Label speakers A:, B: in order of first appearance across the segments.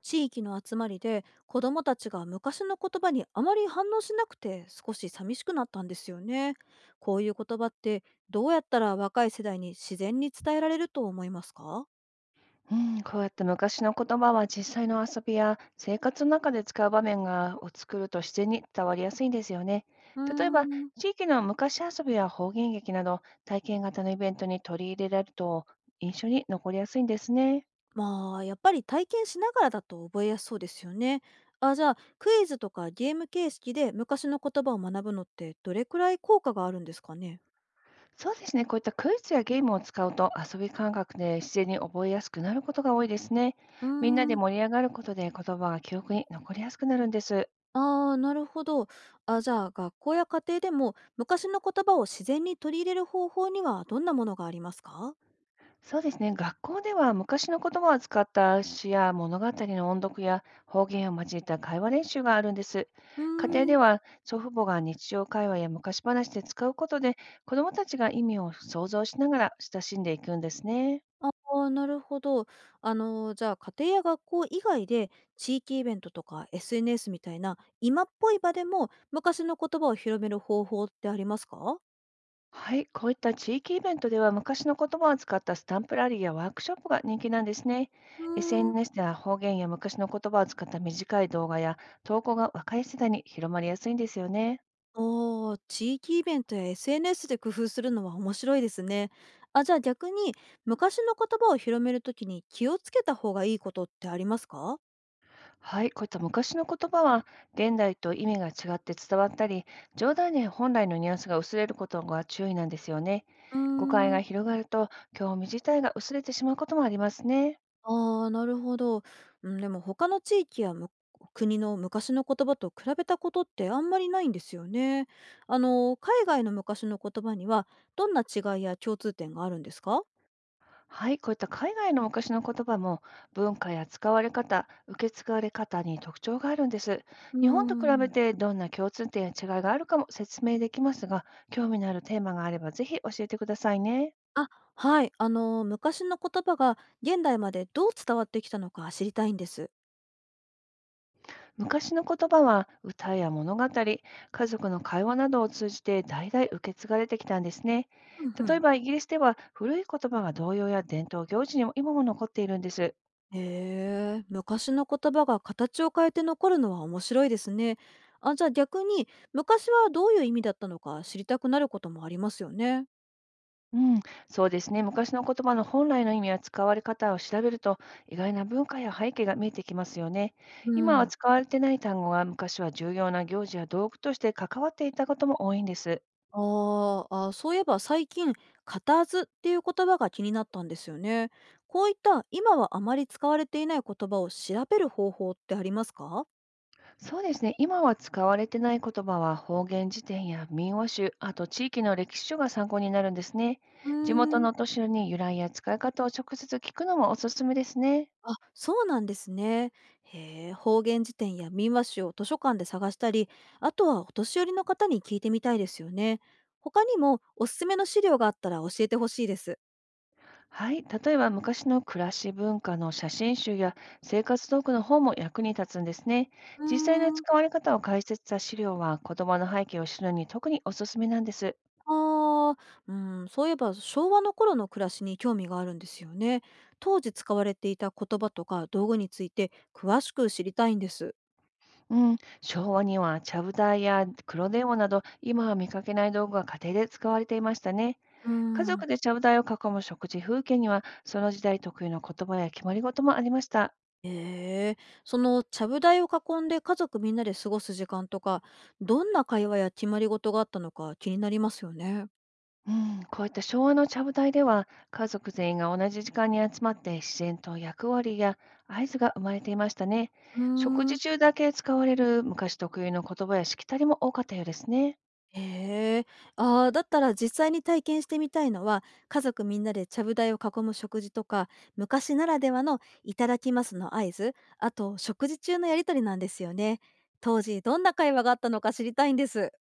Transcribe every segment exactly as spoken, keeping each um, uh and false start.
A: 地域の集まりで子どもたちが昔の言葉にあまり反応しなくて少し寂しくなったんですよね。こういう言葉ってどうやったら若い世代に自然に伝えられると思いますか？
B: うん、こうやって昔の言葉は実際の遊びや生活の中で使う場面がを作ると自然に伝わりやすいんですよね。
A: うー
B: 例えば、
A: ん。
B: 地域の昔遊びや方言劇など体験型のイベントに取り入れられると印象に残りやすいんですね。
A: まあやっぱり体験しながらだと覚えやすそうですよね。あ、じゃあクイズとかゲーム形式で昔の言葉を学ぶのってどれくらい効果があるんですかね？
B: そうですね、こういったクイズやゲームを使うと遊び感覚で自然に覚えやすくなることが多いですね。
A: うー
B: みんなで
A: ん。
B: 盛り上がることで言葉が記憶に残りやすくなるんです。
A: ああ、なるほど。あ、じゃあ学校や家庭でも昔の言葉を自然に取り入れる方法にはどんなものがありますか？
B: そうですね。学校では昔の言葉を使った詩や物語の音読や方言を交えた会話練習があるんです。
A: う
B: 家庭
A: ー
B: で
A: ん。
B: は祖父母が日常会話や昔話で使うことで、子どもたちが意味を想像しながら親しんでいくんですね。
A: ああ、なるほど。あの、じゃあ家庭や学校以外で地域イベントとか エスエヌエス みたいな今っぽい場でも昔の言葉を広める方法ってありますか？
B: はい、こういった地域イベントでは昔の言葉を使ったスタンプラリーやワークショップが人気なんですね。
A: うーん。
B: エスエヌエス では方言や昔の言葉を使った短い動画や投稿が若い世代に広まりやすいんですよね。
A: おあ、地域イベントや エスエヌエス で工夫するのは面白いですね。あ、じゃあ逆に昔の言葉を広めるときに気をつけた方がいいことってありますか？
B: はい、こういった昔の言葉は現代と意味が違って伝わったり、冗談に本来のニュアンスが薄れることが注意なんですよね。
A: うー
B: 誤解
A: ん、
B: が広がると、興味自体が薄れてしまうこともありますね。
A: ああ、なるほど。うん、でも他の地域やむ国の昔の言葉と比べたことってあんまりないんですよね。あの、海外の昔の言葉にはどんな違いや共通点があるんですか？
B: はい、こういった海外の昔の言葉も文化や使われ方、受け継がれ方に特徴があるんです。
A: うー
B: 日本と比べ
A: ん。
B: てどんな共通点や違いがあるかも説明できますが、興味のあるテーマがあればぜひ教えてくださいね。
A: あ、はい。あの、昔の言葉が現代までどう伝わってきたのか知りたいんです。
B: 昔の言葉は歌や物語、家族の会話などを通じて代々受け継がれてきたんですね。
A: うんう
B: 例え
A: ん。
B: ばイギリスでは古い言葉が童謡や伝統行事にも今も残っているんです。
A: へえ、昔の言葉が形を変えて残るのは面白いですね。あ、じゃあ逆に昔はどういう意味だったのか知りたくなることもありますよね。
B: うん、そうですね。昔の言葉の本来の意味や使われ方を調べると、意外な文化や背景が見えてきますよね。
A: う
B: 今は
A: ん。
B: 使われてない単語が昔は重要な行事や道具として関わっていたことも多いんです。
A: あーあ、そういえば最近「固図」っていう言葉が気になったんですよね。こういった今はあまり使われていない言葉を調べる方法ってありますか？
B: そうですね。今は使われてない言葉は方言辞典や民話集、あと地域の歴史書が参考になるんですね。
A: うー
B: 地元
A: ん。
B: のお年寄りに由来や使い方を直接聞くのもおすすめですね。
A: あ、そうなんですね。へえ、方言辞典や民話集を図書館で探したり、あとはお年寄りの方に聞いてみたいですよね。他にもおすすめの資料があったら教えてほしいです。
B: はい。例えば昔の暮らし文化の写真集や生活道具の本も役に立つんですね。
A: うー
B: 実際の
A: ん、
B: 使われ方を解説した資料は、言葉の背景を知るのに特におすすめなんです。
A: あー、うん、そういえば昭和の頃の暮らしに興味があるんですよね。当時使われていた言葉とか道具について詳しく知りたいんです。
B: うん。昭和にはちゃぶ台や黒電話など、今は見かけない道具が家庭で使われていましたね。
A: うー
B: 家
A: ん。
B: 族でちゃぶ台を囲む食事風景には、その時代特有の言葉や決まり事もありました。
A: へえ、そのちゃぶ台を囲んで家族みんなで過ごす時間とか、どんな会話や決まり事があったのか気になりますよね。
B: うん、こういった昭和のちゃぶ台では、家族全員が同じ時間に集まって、自然と役割や合図が生まれていましたね。
A: うー
B: 食
A: ん、
B: 事中だけ使われる昔特有の言葉やしきたりも多かったようですね。
A: へえ、ああ、だったら実際に体験してみたいのは、家族みんなでちゃぶ台を囲む食事とか、昔ならではのいただきますの合図、あと食事中のやりとりなんですよね。当時どんな会話があったのか知りたいんです。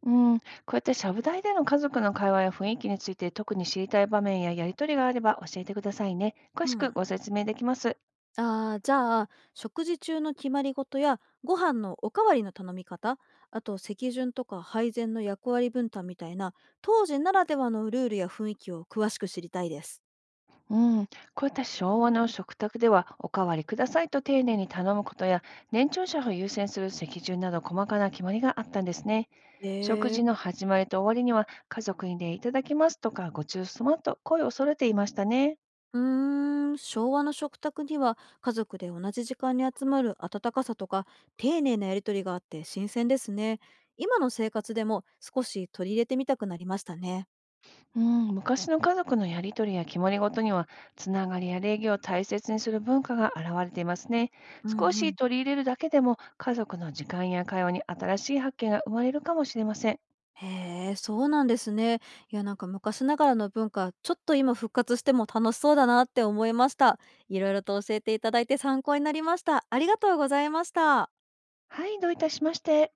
B: うん、こうやってちゃぶ台での家族の会話や雰囲気について、特に知りたい場面ややりとりがあれば教えてくださいね。詳
A: う
B: しく
A: ん。
B: ご説明できます。
A: ああ、じゃあ、食事中の決まり事や、ご飯のおかわりの頼み方、あと席順とか配膳の役割分担みたいな、当時ならではのルールや雰囲気を詳しく知りたいです。
B: うん、こういった昭和の食卓では、おかわりくださいと丁寧に頼むことや、年長者を優先する席順など、細かな決まりがあったんですね。
A: へ
B: 食
A: え。
B: 事の始まりと終わりには、家族にでいただきますとか、ごちそうさまと声を揃えていましたね。
A: うーん、昭和の食卓には家族で同じ時間に集まる温かさとか、丁寧なやりとりがあって新鮮ですね。今の生活でも少し取り入れてみたくなりましたね。
B: うん、昔の家族のやりとりや決まりごとには、つながりや礼儀を大切にする文化が現れていますね。
A: う
B: 少
A: んう
B: し
A: ん。
B: 取り入れるだけでも、家族の時間や会話に新しい発見が生まれるかもしれません。
A: へえ、そうなんですね。いや、なんか昔ながらの文化、ちょっと今復活しても楽しそうだなって思いました。いろいろと教えていただいて参考になりました。ありがとうございました。
B: はい、どういたしまして。